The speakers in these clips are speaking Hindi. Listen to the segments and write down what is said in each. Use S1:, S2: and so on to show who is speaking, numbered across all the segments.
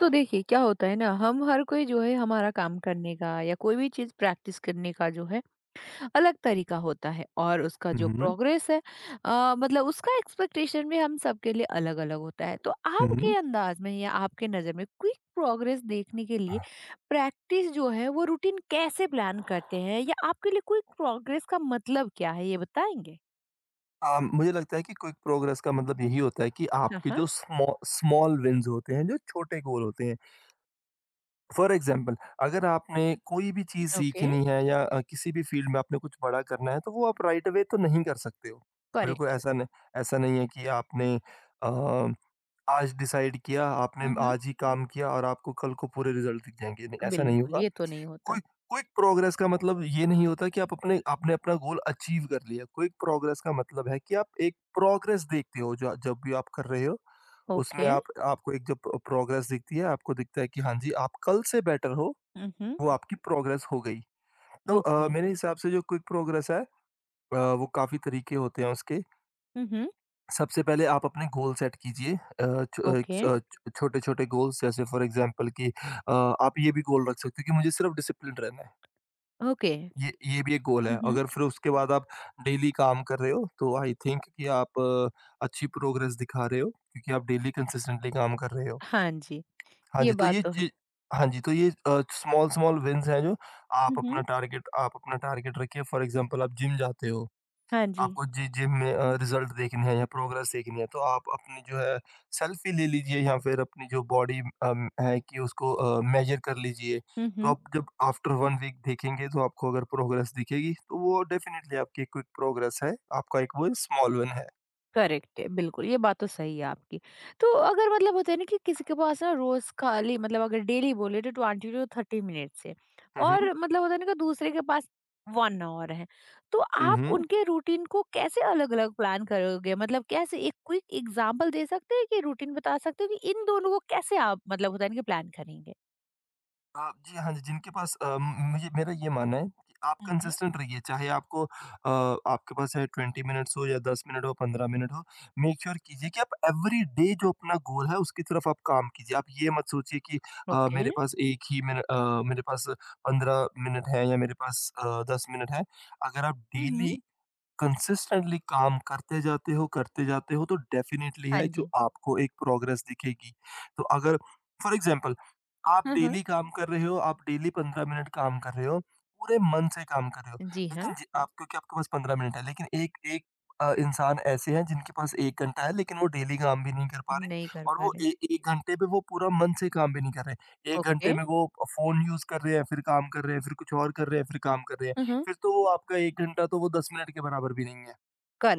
S1: तो देखिए क्या होता है ना, हम हर कोई जो है हमारा काम करने का या कोई भी चीज़ प्रैक्टिस करने का जो है अलग तरीका होता है, और उसका जो
S2: हुँ,
S1: प्रोग्रेस है मतलब उसका एक्सपेक्टेशन भी हम सबके लिए अलग अलग होता है। तो
S2: हुँ।
S1: आपके अंदाज में या आपके नज़र में क्विक प्रोग्रेस देखने के लिए प्रैक्टिस जो है वो रूटीन कैसे प्लान करते हैं, या आपके लिए क्विक प्रोग्रेस का मतलब क्या है, ये बताएंगे।
S2: मुझे लगता है कि क्विक प्रोग्रेस का मतलब यही होता है कि
S1: हाँ
S2: आपके
S1: हाँ।
S2: जो स्मॉल विन्स होते हैं, जो छोटे गोल होते हैं। फॉर एग्ज़ाम्पल, अगर आपने कोई भी चीज़
S1: ओके।
S2: सीखनी है या किसी भी फील्ड में आपने कुछ बड़ा करना है, तो वो आप राइट अवे तो नहीं कर सकते हो। बिल्कुल
S1: करेक्ट।
S2: ऐसा नहीं है कि आपने अ, आज डिसाइड किया, आपने
S1: हम्म।
S2: आज ही काम किया और आपको कल को पूरे रिज़ल्ट दिख जाएँगे। नहीं, ऐसा नहीं
S1: बिल्कुल,
S2: होगा।
S1: ये तो नहीं होता।
S2: क्विक क्विक प्रोग्रेस का मतलब ये नहीं होता कि आप अपने आपने अपना गोल अचीव कर लिया। क्विक प्रोग्रेस का मतलब है कि आप एक प्रोग्रेस देखते हो, जो जब भी आप कर रहे हो उसमें
S1: ओके।
S2: आप आपको एक जब प्रोग्रेस दिखती है, आपको दिखता है कि हाँ जी, आप कल से बेटर हो,
S1: हम्म।
S2: वो आपकी प्रोग्रेस हो गई। तो
S1: ओके।
S2: मेरे हिसाब से जो क्विक प्रोग्रेस है, वो काफी तरीके होते हैं उसके। सबसे पहले आप अपने गोल सेट कीजिए,
S1: ओके,
S2: छोटे छोटे गोल्स। जैसे फॉर एग्जांपल कि आप ये भी गोल रख सकते हो कि मुझे सिर्फ डिसिप्लिन रहना है।
S1: ओके।
S2: ये भी एक गोल है।
S1: हुँ, हुँ।
S2: अगर फिर उसके बाद आप डेली काम कर रहे हो, तो आई थिंक कि आप अच्छी प्रोग्रेस दिखा रहे हो, क्योंकि आप डेली कंसिस्टेंटली काम कर रहे हो।
S1: हाँ जी,
S2: हाँ
S1: ये
S2: जी, तो
S1: बात
S2: ये
S1: तो है।
S2: चीज़, हाँ जी, तो ये स्मॉल-स्मॉल विन्स हैं, जो
S1: हुँ, हुँ।
S2: आप अपना टारगेट रखिए। फॉर एग्ज़ाम्पल, आप जिम जाते हो।
S1: हाँ जी।
S2: आपको जि जिम में रिज़ल्ट देखने हैं या प्रोग्रेस देखनी है, तो आप अपनी जो है सेल्फ़ी ले लीजिए, या फिर अपनी जो बॉडी है कि उसको मेज़र कर लीजिए।
S1: हुँ,
S2: तो
S1: हुँ।
S2: आप जब आफ्टर 1 वीक देखेंगे, तो आपको अगर प्रोग्रेस दिखेगी, तो वो डेफ़िनिटली आपकी क्विक प्रोग्रेस है, आपका एक वो स्मॉल विन है।
S1: करेक्ट है, बिल्कुल, ये बात तो सही है आपकी। तो अगर मतलब होता है ना, कि किसी के पास ना रोज़ खाली, मतलब अगर डेली बोले, तो 20 टू 30 मिनट्स है,
S2: हुँ, हुँ।
S1: और मतलब होता है ना कि दूसरे के पास 1 ऑवर है। तो
S2: हुँ,
S1: आप
S2: हुँ।
S1: उनके रूटीन को कैसे अलग-अलग प्लान करोगे? मतलब कैसे एक क्विक एग्ज़ाम्पल दे सकते हैं कि रूटीन बता सकते हो कि इन दोनों को कैसे आप मतलब होता है ना कि प्लान करेंगे?
S2: हाँ जी, मुझे मेरा ये मानना है कि आप
S1: हुँ, हुँ।
S2: कंसिस्टेंट रहिए, चाहे आपके पास चाहे 20 मिनट्स हो या 10 मिनट हो, 15 मिनट हो, मेक श्योर कीजिए कि आप एवरी डे जो अपना गोल है, उसकी तरफ आप काम कीजिए। आप ये मत सोचिए कि
S1: ओके।
S2: मेरे पास 1 ही मिन मेरे पास 15 मिनट है, या मेरे पास 10 मिनट है। अगर आप
S1: हुँ, हुँ।
S2: डेली कंसिस्टेंटली काम करते जाते हो, करते जाते हो, तो डेफ़िनेटली
S1: हाँ
S2: है जो
S1: जी।
S2: आपको एक प्रोग्रेस दिखेगी। तो अगर फॉर एग्ज़ाम्पल आप
S1: हाँ, हाँ।
S2: डेली काम कर रहे हो, आप डेली 15 मिनट काम कर रहे हो, पूरे मन से काम कर रहे हो।
S1: जी हाँ।
S2: लेकिन ज आप, क्योंकि आपके पास 15 मिनट है, लेकिन एक एक इंसान ऐसे हैं जिनके पास 1 घंटा है, लेकिन वो डेली काम भी नहीं कर पा रहे,
S1: नहीं कर
S2: और
S1: पा
S2: वो
S1: रहे।
S2: ए 1 घंटे में वो पूरा मन से काम भी नहीं कर रहे। 1
S1: ओके।
S2: घंटे में वो फ़ोन यूज़ कर रहे हैं, फिर काम कर रहे हैं, फिर कुछ और कर रहे हैं, फिर काम कर रहे हैं।
S1: हुँ, हुँ।
S2: फिर तो वो आपका 1 घंटा, तो वो 10 मिनट के बराबर भी नहीं है,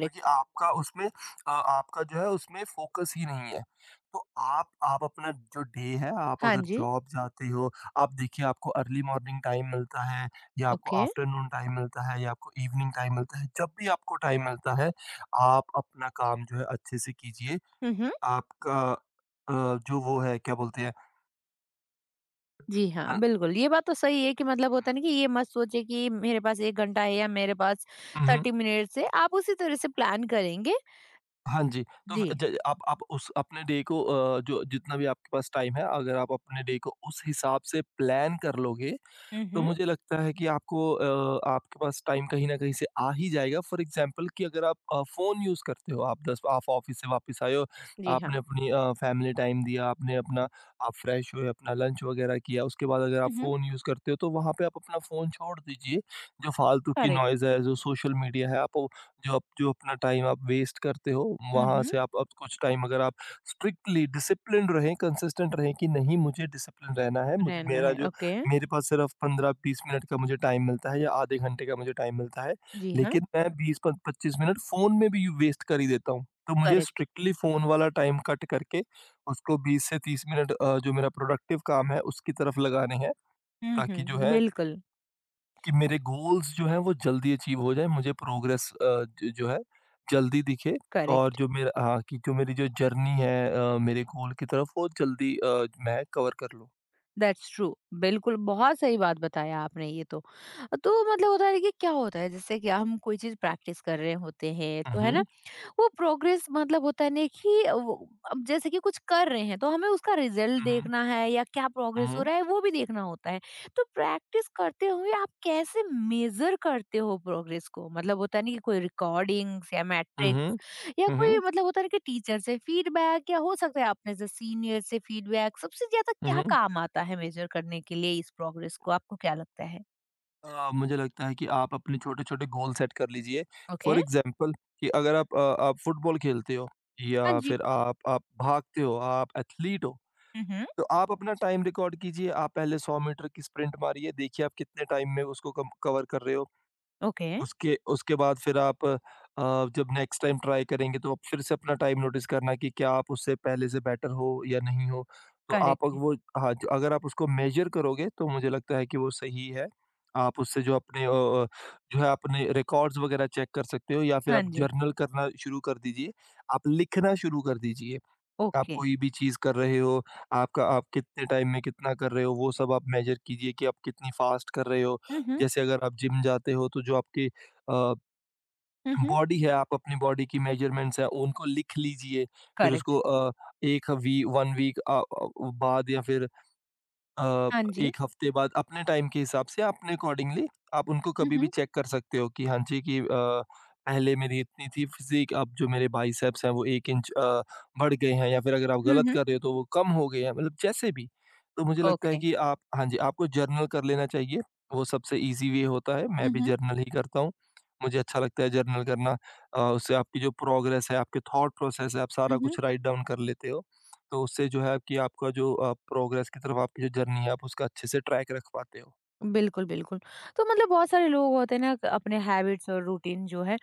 S2: क्योंकि आपका उसमें आपका जो है उसमें फ़ोकस ही नहीं है। तो आप अपना जो डे है, आप
S1: हाँ
S2: अगर
S1: जी।
S2: जॉब जाते हो, आप देखिए आपको अर्ली मॉर्निंग टाइम मिलता है, या आपको
S1: ओके।
S2: आफ्टरनून टाइम मिलता है, या आपको इवनिंग टाइम मिलता है, जब भी आपको टाइम मिलता है, आप अपना काम जो है अच्छे से कीजिए।
S1: हुँ, हुँ।
S2: आपका अ, जो वो है क्या बोलते हैं?
S1: जी हाँ,
S2: हाँ।
S1: बिल्कुल, ये बात तो सही है कि मतलब होता है ना कि ये मत सोचे कि मेरे पास 1 घंटा है या मेरे पास
S2: हुँ, हुँ।
S1: 30 मिनट्स है, आप उसी तरह से प्लान करेंगे।
S2: हाँ जी, तो
S1: जी।
S2: फ ज आप उस अपने डे को जो जितना भी आपके पास टाइम है, अगर आप अपने डे को उस हिसाब से प्लान कर लोगे,
S1: हुँ,
S2: तो
S1: हुँ।
S2: मुझे लगता है कि आपके पास टाइम कहीं न कहीं से आ ही जाएगा। फॉर एग्ज़ाम्पल, कि अगर आप फ़ोन यूज़ करते हो, आप 10 आप ऑफ़िस से वापस आए हो,
S1: जी हाँ।
S2: आपने अपनी फ़ैमिली टाइम दिया, आपने अपना आप फ्रेश हुए, अपना लंच वग़ैरह किया, उसके बाद अगर आप
S1: हुँ, हुँ,
S2: फ़ोन यूज़ करते हो, तो वहाँ पे आप अपना फ़ोन छोड़ दीजिए। जो फ़ालतू की
S1: करेक्ट।
S2: नॉइज़ है, जो सोशल मीडिया है, जो आप जो अपना टाइम आप वेस्ट करते हो,
S1: हुँ,
S2: वहाँ
S1: हुँ,
S2: से आप अब कुछ टाइम, अगर आप स्ट्रिक्टली डिसिप्लिन्ड रहें, कंसिस्टेंट रहें कि नहीं, मुझे डिसिप्लिन रहना है। मुझे
S1: रहना
S2: मेरा
S1: है,
S2: जो
S1: ओके।
S2: मेरे पास सिर्फ 15-20 मिनट का मुझे टाइम मिलता है, या आधे घंटे का मुझे टाइम मिलता है,
S1: जी हाँ,
S2: लेकिन मैं 20 प 25 मिनट फ़ोन में भी वेस्ट कर ही देता हूँ। तो मुझे
S1: करेक्ट।
S2: स्ट्रिक्टली फ़ोन वाला टाइम कट करके उसको 20 से 30 मिनट जो मेरा प्रोडक्टिव काम है उसकी तरफ लगाने हैं,
S1: हुँ,
S2: ताकि जो
S1: हुँ,
S2: है
S1: बिल्कुल,
S2: कि मेरे गोल्स जो हैं वो जल्दी अचीव हो जाएँ, मुझे प्रोग्रेस ज जो है जल्दी दिखे, और
S1: करेक्ट।
S2: जो मेरा हाँ, कि जो मेरी जो जर्नी है, मेरे गोल की तरफ वो जल्दी, मैं कवर कर लूँ।
S1: दैट्स ट्रू, बिल्कुल, बहुत सही बात बताया आपने ये तो। तो मतलब होता है कि क्या होता है जैसे कि हम कोई चीज प्रैक्टिस कर रहे होते हैं
S2: हुँ,
S1: तो है ना,
S2: हुँ।
S1: वो प्रोग्रेस मतलब होता है ना कि वो- अब जैसे कि कुछ कर रहे हैं तो हमें उसका रिजल्ट
S2: हुँ, हुँ।
S1: देखना है, या क्या प्रोग्रेस
S2: हुँ,
S1: हो
S2: हुँ।
S1: रहा है वो भी देखना होता है। तो प्रैक्टिस करते हुए आप कैसे मेजर करते हो प्रोग्रेस को, मतलब होता है ना कि कोई रिकॉर्डिंग्स या
S2: हुँ,
S1: मैट्रिक्स
S2: हुँ।
S1: या
S2: हुँ,
S1: कोई
S2: हुँ।
S1: मतलब होता है ना कि टीचर से फीडबैक, या हो सकता है आपने जैसे सीनियर से फीडबैक, सबसे ज्यादा क्या
S2: हुँ।
S1: काम आता है मेजर करने के लिए इस प्रोग्रेस को, आपको क्या लगता है?
S2: मुझे लगता है कि आप अपने छोटे-छोटे गोल सेट कर लीजिए।
S1: ओके।
S2: फॉर एग्ज़ाम्पल, कि अगर आप फुटबॉल खेलते हो,
S1: हाँ
S2: या
S1: जी।
S2: फिर आप भागते हो, आप एथलीट हो,
S1: हम्म।
S2: तो आप अपना टाइम रिकॉर्ड कीजिए। आप पहले 100 मीटर की स्प्रिंट मारिए, देखिए आप कितने टाइम में उसको कम कवर कर रहे हो।
S1: ओके।
S2: उसके उसके बाद फिर आप जब नेक्स्ट टाइम ट्राई करेंगे, तो आप फिर से अपना टाइम नोटिस करना कि क्या आप उससे पहले से बेटर हो या नहीं हो। तो आप
S1: करेक्ट
S2: अग
S1: है।
S2: वो हाँ, ज अगर आप उसको मेज़र करोगे, तो मुझे लगता है कि वो सही है। आप उससे जो है अपने रिकॉर्ड्स वगैरह चेक कर सकते हो, या फिर
S1: हाँ
S2: आप
S1: जी।
S2: जर्नल करना शुरू कर दीजिए। आप लिखना शुरू कर दीजिए। आप
S1: ओके।
S2: कोई भी चीज़ कर रहे हो, आपका आप कितने टाइम में कितना कर रहे हो, वो सब आप मेज़र कीजिए कि आप कितनी फ़ास्ट कर रहे हो।
S1: हम्म।
S2: जैसे अगर आप जिम जाते हो, तो जो आपकी
S1: हम्म।
S2: बॉडी है, आप अपनी बॉडी की मेज़रमेंट्स हैं उनको लिख लीजिए। फिर
S1: करेक्ट
S2: उसको
S1: है।
S2: 1 वी 1 वीक बाद, या फिर अ,
S1: हाँ जी।
S2: 1 हफ्ते बाद, अपने टाइम के हिसाब से अपने अकॉर्डिंगली आप उनको कभी भी
S1: हम्म।
S2: चेक कर सकते हो, कि हाँ जी, कि पहले मेरी इतनी थी फ़िज़ीक, अब जो मेरे बाइसेप्स हैं वो 1 इंच बढ़ गए हैं, या फिर अगर आप गलत
S1: हम्म।
S2: कर रहे हो तो वो कम हो गए हैं, मतलब जैसे भी। तो मुझे लगता है
S1: ओके।
S2: कि आप हाँ जी, आपको जर्नल कर लेना चाहिए, वो सबसे ईज़ी वे होता है, मैं भी
S1: हम्म।
S2: जर्नल ही करता हूँ। मुझे अच्छा लगता है जर्नल करना। उससे आपकी जो प्रोग्रेस है, आपके थॉट प्रोसेस है, आप सारा कुछ राइट डाउन कर लेते हो। तो उससे जो है कि आपका जो प्रोग्रेस की तरफ आपकी जो जर्नी है आप उसका अच्छे से ट्रैक रख पाते हो।
S1: बिल्कुल, बिल्कुल। तो मतलब बहुत सारे लोग होते हैं ना, अपने हैबिट्स और रूटीन जो है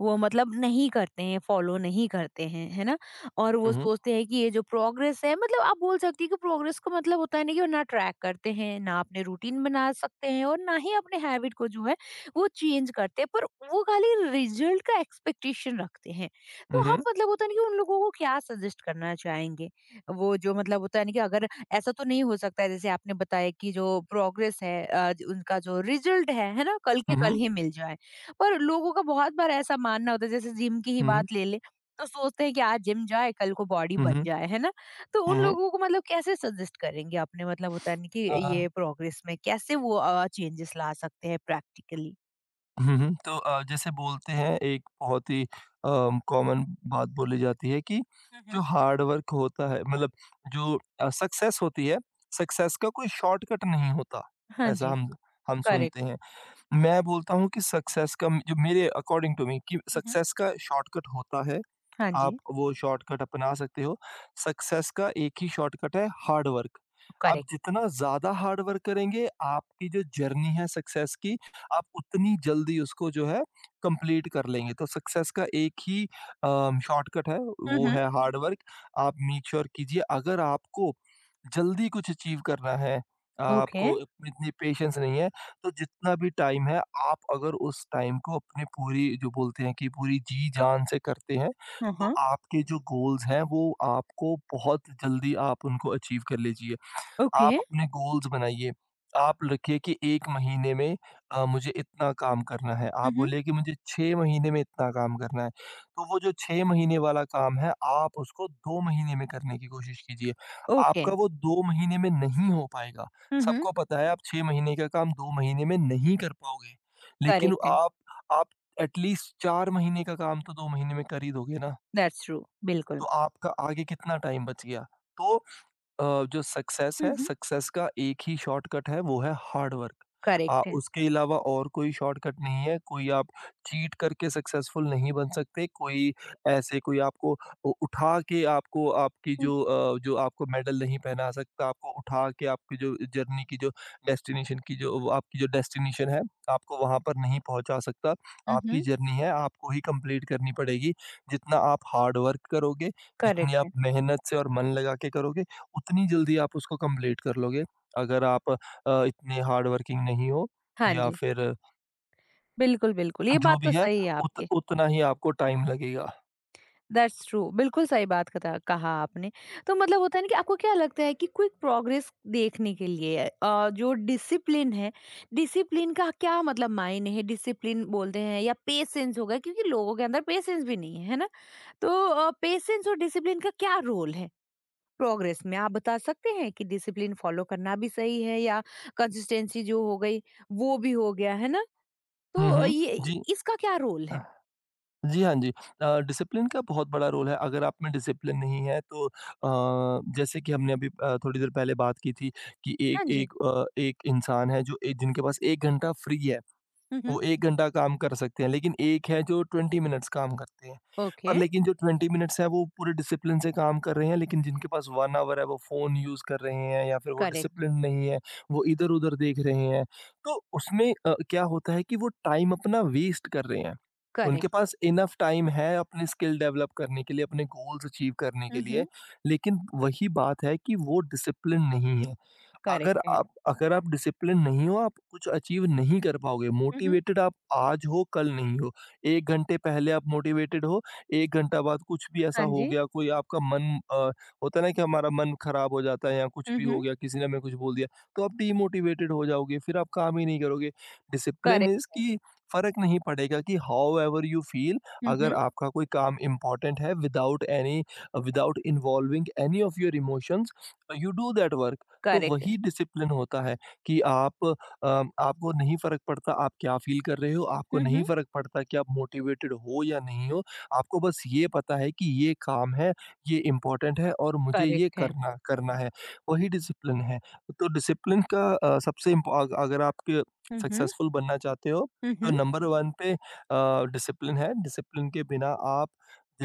S1: वो मतलब नहीं करते हैं, फॉलो नहीं करते हैं, है ना? और वो
S2: हुँ, हुँ।
S1: सोचते हैं कि ये जो प्रोग्रेस है, मतलब आप बोल सकती हैं कि प्रोग्रेस का मतलब होता है ना कि वो ना ट्रैक करते हैं, ना अपने रूटीन बना सकते हैं, और ना ही अपने हैबिट को जो है वो चेंज करते हैं, पर वो खाली रिजल्ट का एक्सपेक्टेशन रखते हैं। तो
S2: हुँ,
S1: आप
S2: हुँ,
S1: मतलब होता है ना कि उन लोगों को क्या सजेस्ट करना चाहेंगे? वो जो मतलब होता है ना कि अगर ऐसा तो नहीं हो सकता है जैसे आपने बताया कि जो प्रोग्रेस है उनका जो रिजल्ट है ना? कल के कल
S2: हुँ,
S1: ही मिल जाए। पर लोगों का बहुत बार ऐसा मानना होता है, जैसे जिम की ही बात ले लें, तो सोचते हैं कि आज जिम जाए कल को बॉडी
S2: हुँ,
S1: बन
S2: हुँ,
S1: जाए, है ना? तो उन
S2: हुँ।
S1: लोगों को मतलब कैसे सजेस्ट करेंगे आपने, मतलब होता है ना कि
S2: अ,
S1: ये प्रोग्रेस में कैसे वो चेंजेस ला सकते हैं प्रैक्टिकली?
S2: हुँ, हुँ। तो जैसे बोलते हैं एक बहुत ही कॉमन बात बोली जाती है कि
S1: हुँ,
S2: जो
S1: हुँ।
S2: हार्ड वर्क होता है, मतलब जो सक्सेस होती है, सक्सेस का कोई शॉर्टकट नहीं होता।
S1: हाँ
S2: ऐसा
S1: जी।
S2: हम
S1: करेक्ट।
S2: सुनते हैं। मैं बोलता हूँ कि सक्सेस का जो मेरे अकॉर्डिंग टू मी कि
S1: हुँ, हुँ।
S2: सक्सेस का शॉर्टकट होता है,
S1: हाँ
S2: आप
S1: जी।
S2: वो शॉर्टकट अपना सकते हो। सक्सेस का एक ही शॉर्टकट है, हार्ड वर्क। आप
S1: करेक्ट।
S2: जितना ज़्यादा हार्ड वर्क करेंगे, आपकी जो जर्नी है सक्सेस की, आप उतनी जल्दी उसको जो है कंप्लीट कर लेंगे। तो सक्सेस का एक ही शॉर्टकट है,
S1: हुँ,
S2: वो
S1: हुँ।
S2: है हार्ड वर्क। आप मेक श्योर कीजिए, अगर आपको जल्दी कुछ अचीव करना है,
S1: ओके।
S2: आपको इतनी पेशेंस नहीं है, तो जितना भी टाइम है, आप अगर उस टाइम को अपनी पूरी जो बोलते हैं कि पूरी जी-जान से करते हैं,
S1: हाँ,
S2: तो
S1: हाँ।
S2: आपके जो गोल्स हैं वो आपको बहुत जल्दी आप उनको अचीव कर लीजिए।
S1: ओके।
S2: आप अपने गोल्स बनाइए। आप रखिए कि 1 महीने में मुझे इतना काम करना है।
S1: हुँ,
S2: आप
S1: हुँ।
S2: बोलिए कि मुझे 6 महीने में इतना काम करना है। तो वो जो 6 महीने वाला काम है आप उसको 2 महीने में करने की कोशिश कीजिए।
S1: ओके।
S2: आपका वो 2 महीने में नहीं हो पाएगा।
S1: हुँ, हुँ।
S2: सबको पता है आप 6 महीने का काम 2 महीने में नहीं कर पाओगे। लेकिन
S1: करेक्ट है।
S2: आप एटलीस्ट 4 महीने का काम तो 2 महीने में कर ही दोगे ना।
S1: दैट्स ट्रू, बिल्कुल।
S2: तो आपका आगे कितना टाइम बच गया? तो जो सक्सेस
S1: हुँ,
S2: है,
S1: हुँ।
S2: सक्सेस का एक ही शॉर्टकट है, वो है हार्ड वर्क।
S1: करेक्ट है।
S2: उसके अलावा और कोई शॉर्टकट नहीं है, कोई आप चीट करके सक्सेसफुल नहीं बन सकते, कोई ऐसे कोई आपको उ उठा के आपको आपकी
S1: हुँ,
S2: जो जो आपको मेडल नहीं पहना सकता, आपको उठा के आपकी जो जर्नी की जो डेस्टिनेशन की जो वो आपकी जो डेस्टिनेशन है, आपको वहाँ पर नहीं पहुँचा सकता। आपकी
S1: उहुँ।
S2: जर्नी है, आपको ही कंप्लीट करनी पड़ेगी। जितना आप हार्ड वर्क करोगे,
S1: करेक्ट
S2: जितनी आप
S1: है।
S2: मेहनत से और मन लगा के करोगे उतनी जल्दी आप उसको कंप्लीट कर लोगे। अगर आप इतने हार्ड वर्किंग नहीं हो
S1: हाँ
S2: या
S1: जी,
S2: फिर
S1: बिल्कुल, बिल्कुल। ये
S2: जो
S1: बात तो
S2: भी है
S1: सही है
S2: उत
S1: आपकी।
S2: उतना ही आपको टाइम लगेगा।
S1: That's true. बिल्कुल सही बात कता कहा आपने। तो मतलब होता है ना कि आपको क्या लगता है कि क्विक प्रोग्रेस देखने के लिए जो डिसिप्लिन है, डिसिप्लिन का क्या मतलब मायने है? डिसिप्लिन बोलते हैं या पेशेंस हो गया, क्योंकि लोगों के अंदर पेशेंस भी नहीं है, है ना? तो पेशेंस और डिसिप्लिन का क्या रोल है? प्रोग्रेस में आप बता सकते हैं कि डिसिप्लिन फॉलो करना भी सही है या कंसिस्टेंसी जो हो गई वो भी हो गया, है ना?
S2: हुँ,
S1: तो
S2: हुँ।
S1: ये
S2: जी।
S1: इसका क्या रोल है?
S2: जी, हाँ जी। डिसिप्लिन का बहुत बड़ा रोल है। अगर आप में डिसिप्लिन नहीं है तो जैसे कि हमने अभी थोड़ी देर पहले बात की थी कि एक
S1: हाँ जी।
S2: एक अ, एक इंसान है जो ए जिनके पास 1 घंटा फ्री है।
S1: हम्म।
S2: वो 1 घंटा काम कर सकते हैं, लेकिन एक है जो 20 मिनट्स काम करते हैं।
S1: ओके।
S2: पर लेकिन जो 20 मिनट्स है वो पूरे डिसिप्लिन से काम कर रहे हैं, लेकिन जिनके पास 1 आवर है वो फ़ोन यूज़ कर रहे हैं या फिर वो
S1: करेक्ट।
S2: डिसिप्लिन नहीं है, वो इधर-उधर देख रहे हैं। तो उसमें क्या होता है कि वो टाइम अपना वेस्ट कर रहे हैं। उनके
S1: करेक्ट।
S2: पास इनफ टाइम है अपने स्किल डेवलप करने के लिए, अपने गोल्स अचीव करने के लिए,
S1: हम्म।
S2: लेकिन वही बात है कि वो डिसिप्लिन नहीं है।
S1: करेक्ट
S2: अगर
S1: है।
S2: आप अगर आप डिसिप्लिन नहीं हो, आप कुछ अचीव नहीं कर पाओगे।
S1: हम्म।
S2: मोटिवेटेड आप आज हो, कल नहीं हो। 1 घंटे पहले आप मोटिवेटेड हो, 1 घंटा बाद कुछ भी ऐसा
S1: हाँ
S2: हो
S1: जी।
S2: गया, कोई आपका मन होता है ना कि हमारा मन खराब हो जाता है या कुछ भी हो
S1: हम्म।
S2: गया, किसी ने हमें कुछ बोल दिया, तो आप डीमोटिवेटेड हो जाओगे, फिर आप काम ही नहीं करोगे। Discipline
S1: correct.
S2: इज़ कि फ़र्क नहीं पड़ेगा कि हाउ एवर यू फ़ील अगर
S1: हम्म।
S2: आपका कोई काम इम्पोर्टेंट है without involving any of your emotions, you do that work. तो
S1: करेक्ट है।
S2: वही डिसिप्लिन होता है कि आप आपको नहीं फ़र्क पड़ता आप क्या फ़ील कर रहे हो, आपको नहीं
S1: हम्म।
S2: फ़र्क पड़ता कि आप मोटिवेटेड हो या नहीं हो, आपको बस ये पता है कि ये काम है, ये इम्पोर्टेंट है और मुझे ये
S1: करेक्ट है।
S2: करना करना है, वही डिसिप्लिन है। तो डिसिप्लिन का सबसे इम्प अग अगर आप
S1: हम्म।
S2: सक्सेसफुल बनना चाहते हो, तो
S1: हम्म।
S2: नंबर 1 पे डिसिप्लिन है, डिसिप्लिन के बिना आप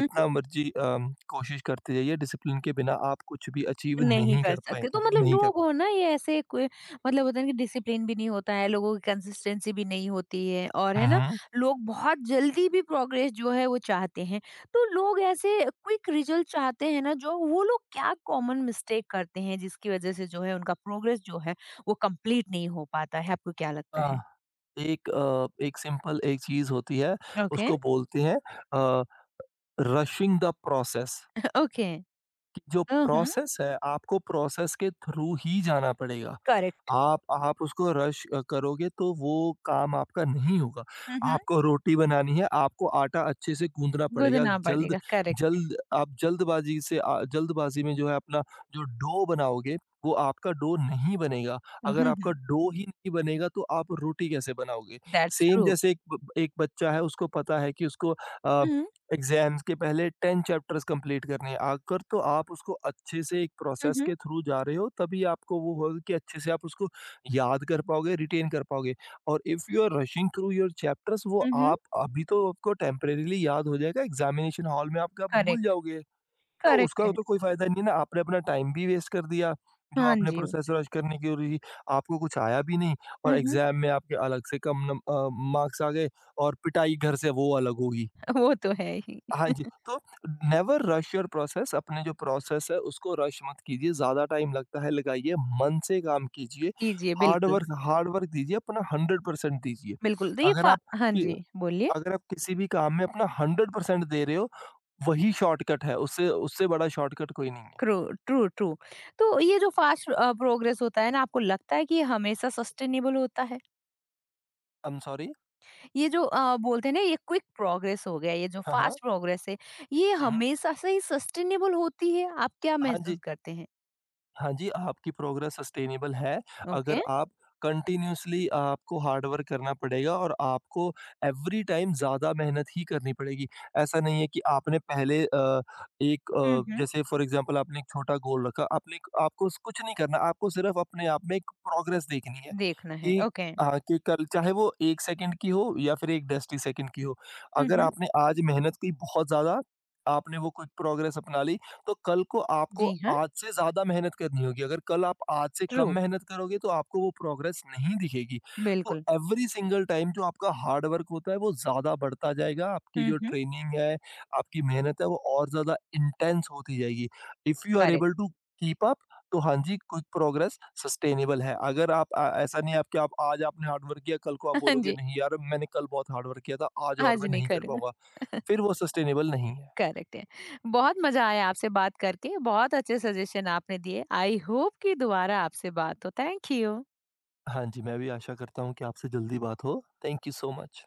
S1: हम्म।
S2: मर्ज़ी कोशिश करते जाइए, डिसिप्लिन के बिना आप कुछ भी अचीव
S1: नहीं
S2: नहीं
S1: कर
S2: कर पाए
S1: सकते। तो
S2: कर
S1: मतलब
S2: नहीं कर
S1: लोग हो ना ये ऐसे कोई, मतलब होता है ना कि डिसिप्लिन भी नहीं होता है, लोगों की कंसिस्टेंसी भी नहीं होती है, और है
S2: हुँ,
S1: ना,
S2: हुँ।
S1: लोग बहुत जल्दी भी प्रोग्रेस जो है वो चाहते हैं। तो लोग ऐसे क्विक रिजल्ट चाहते हैं ना, जो वो लोग क्या कॉमन मिस्टेक करते हैं जिसकी वज़ह से जो है उनका प्रोग्रेस जो है वो कंप्लीट नहीं हो पाता है? आपको क्या लगता
S2: हाँ,
S1: है?
S2: एक एक सिंपल एक चीज़ होती है,
S1: ओके,
S2: उसको बोलते हैं अ, रशिंग द प्रोसेस
S1: ओके।
S2: कि जो
S1: हुँ, हुँ।
S2: प्रोसेस है, आपको प्रोसेस के थ्रू ही जाना पड़ेगा।
S1: करेक्ट।
S2: आप आप उसको रश करोगे तो वो काम आपका नहीं होगा।
S1: हुँ, हुँ।
S2: आपको रोटी बनानी है, आपको आटा अच्छे से गूँथना पड़ेगा।
S1: गूँदना
S2: जल्द
S1: पड़ेगा, करेक्ट है।
S2: जल्द आप जल्दबाज़ी से जल्दबाज़ी में जो है अपना जो डो बनाओगे, वो आपका डो नहीं बनेगा।
S1: हुँ,
S2: अगर आपका
S1: हुँ।
S2: डो ही नहीं बनेगा तो आप रोटी कैसे बनाओगे?
S1: That's
S2: same
S1: true.
S2: जैसे एक बच्चा है उसको पता है कि उसको अ
S1: हुँ,
S2: एग्ज़ाम्स के पहले 10 चैप्टर्स कंप्लीट करने हैं। अगर तो आप उसको अच्छे से एक
S1: हुँ,
S2: प्रोसेस
S1: हुँ,
S2: के थ्रू जा रहे हो, तभी आपको वो होगा कि अच्छे से आप उसको याद कर पाओगे, रिटेन कर पाओगे और if you are rushing through your chapters वो
S1: हुँ, हुँ।
S2: आप अभी तो आपको टेम्परेरीली याद हो जाएगा, एग्ज़ामिनेशन हॉल में आपका आप भूल
S1: करेक्ट।
S2: जाओगे। तो
S1: करेक्ट
S2: उसका
S1: है।
S2: तो कोई फ़ायदा नहीं है ना, आपने अपना टाइम भी वेस्ट कर दिया, जो
S1: हाँ
S2: आपने
S1: जी।
S2: प्रोसेस रश करने की रही, आपको कुछ आया भी नहीं
S1: हुँ,
S2: और
S1: हुँ।
S2: एग्ज़ाम में आपके अलग से कम मार्क्स आ गए और पिटाई घर से वो अलग होगी।
S1: वो तो है ही।
S2: हाँ जी, तो नेवर रश योर प्रोसेस अपने जो प्रोसेस है उसको रश मत कीजिए, ज़्यादा टाइम लगता है लगाइए, मन से काम कीजिए,
S1: जी, जी,
S2: हार्ड
S1: बिल्कुल,
S2: वर्क हार्ड वर्क दीजिए, अपना 100% दीजिए।
S1: बिल्कुल। तो ये
S2: अगर
S1: फा
S2: आप
S1: हाँ
S2: कि
S1: जी, बोलिए।
S2: अगर आप किसी भी काम में अपना 100% दे रहे हो, वही शॉर्टकट है, उससे उससे बड़ा शॉर्टकट कोई नहीं है।
S1: क्रू ट्रू, ट्रू। तो ये जो फ़ास्ट प्रोग्रेस होता है ना, आपको लगता है कि ये हमेशा सस्टेनेबल होता है?
S2: I am sorry.
S1: ये जो बोलते हैं ना, ये क्विक प्रोग्रेस हो गया, ये जो
S2: हाँ, हाँ।
S1: फ़ास्ट प्रोग्रेस है, ये
S2: हुँ, हुँ।
S1: हमेशा से ही सस्टेनेबल होती है? आप क्या
S2: हाँ
S1: महसूस
S2: जी।
S1: करते हैं?
S2: हाँ जी, आपकी प्रोग्रेस सस्टेनेबल है,
S1: ओके।
S2: अगर आप कंटिन्यूअसली आपको हार्ड वर्क करना पड़ेगा और आपको एवरी टाइम ज़्यादा मेहनत ही करनी पड़ेगी। ऐसा नहीं है कि आपने पहले
S1: हुँ, हुँ।
S2: जैसे फॉर एग्ज़ाम्पल आपने एक छोटा गोल रखा, आपने एक आपको कुछ नहीं करना, आपको सिर्फ़ अपने आप में एक प्रोग्रेस देखनी है
S1: देखना है,
S2: कि
S1: ओके।
S2: हाँ, कि कल चाहे वो 1 सेकंड की हो या फिर 1 डेसीसेकंड की हो।
S1: हुँ,
S2: अगर
S1: हुँ।
S2: आपने आज मेहनत की बहुत ज़्यादा, आपने वो कुछ प्रोग्रेस अपना ली, तो कल को आपको
S1: जी हाँ,
S2: आज से ज़्यादा मेहनत करनी होगी। अगर कल आप आज से
S1: ट्रू।
S2: कम मेहनत करोगे तो आपको वो प्रोग्रेस नहीं दिखेगी। तो
S1: बिल्कुल।
S2: एवरी सिंगल टाइम जो आपका हार्ड वर्क होता है वो ज़्यादा बढ़ता जाएगा। आपकी
S1: हुँ,
S2: जो
S1: हुँ।
S2: ट्रेनिंग है, आपकी मेहनत है वो और ज़्यादा इंटेंस होती जाएगी। If you are able
S1: correct.
S2: To keep up तो हाँ जी, कुछ प्रोग्रेस सस्टेनेबल है। अगर आप ऐसा नहीं है कि आप आज आपने हार्ड वर्क किया, कल को आप
S1: हाँ
S2: बोलोगे
S1: जी।
S2: नहीं यार मैंने कल बहुत हार्ड वर्क किया था, आज
S1: हाँ
S2: और
S1: जी,
S2: मैं
S1: नहीं
S2: नहीं कर
S1: करे।
S2: पाऊँगा। फिर वो सस्टेनेबल नहीं है।
S1: करेक्ट है। बहुत मज़ा आया आपसे बात करके। बहुत अच्छे सजेशन आपने दिए। आई होप कि दोबारा आपसे बात हो। Thank you.
S2: हाँ जी, मैं भी आशा करता हूँ कि आपसे जल्दी बात हो। Thank you so much.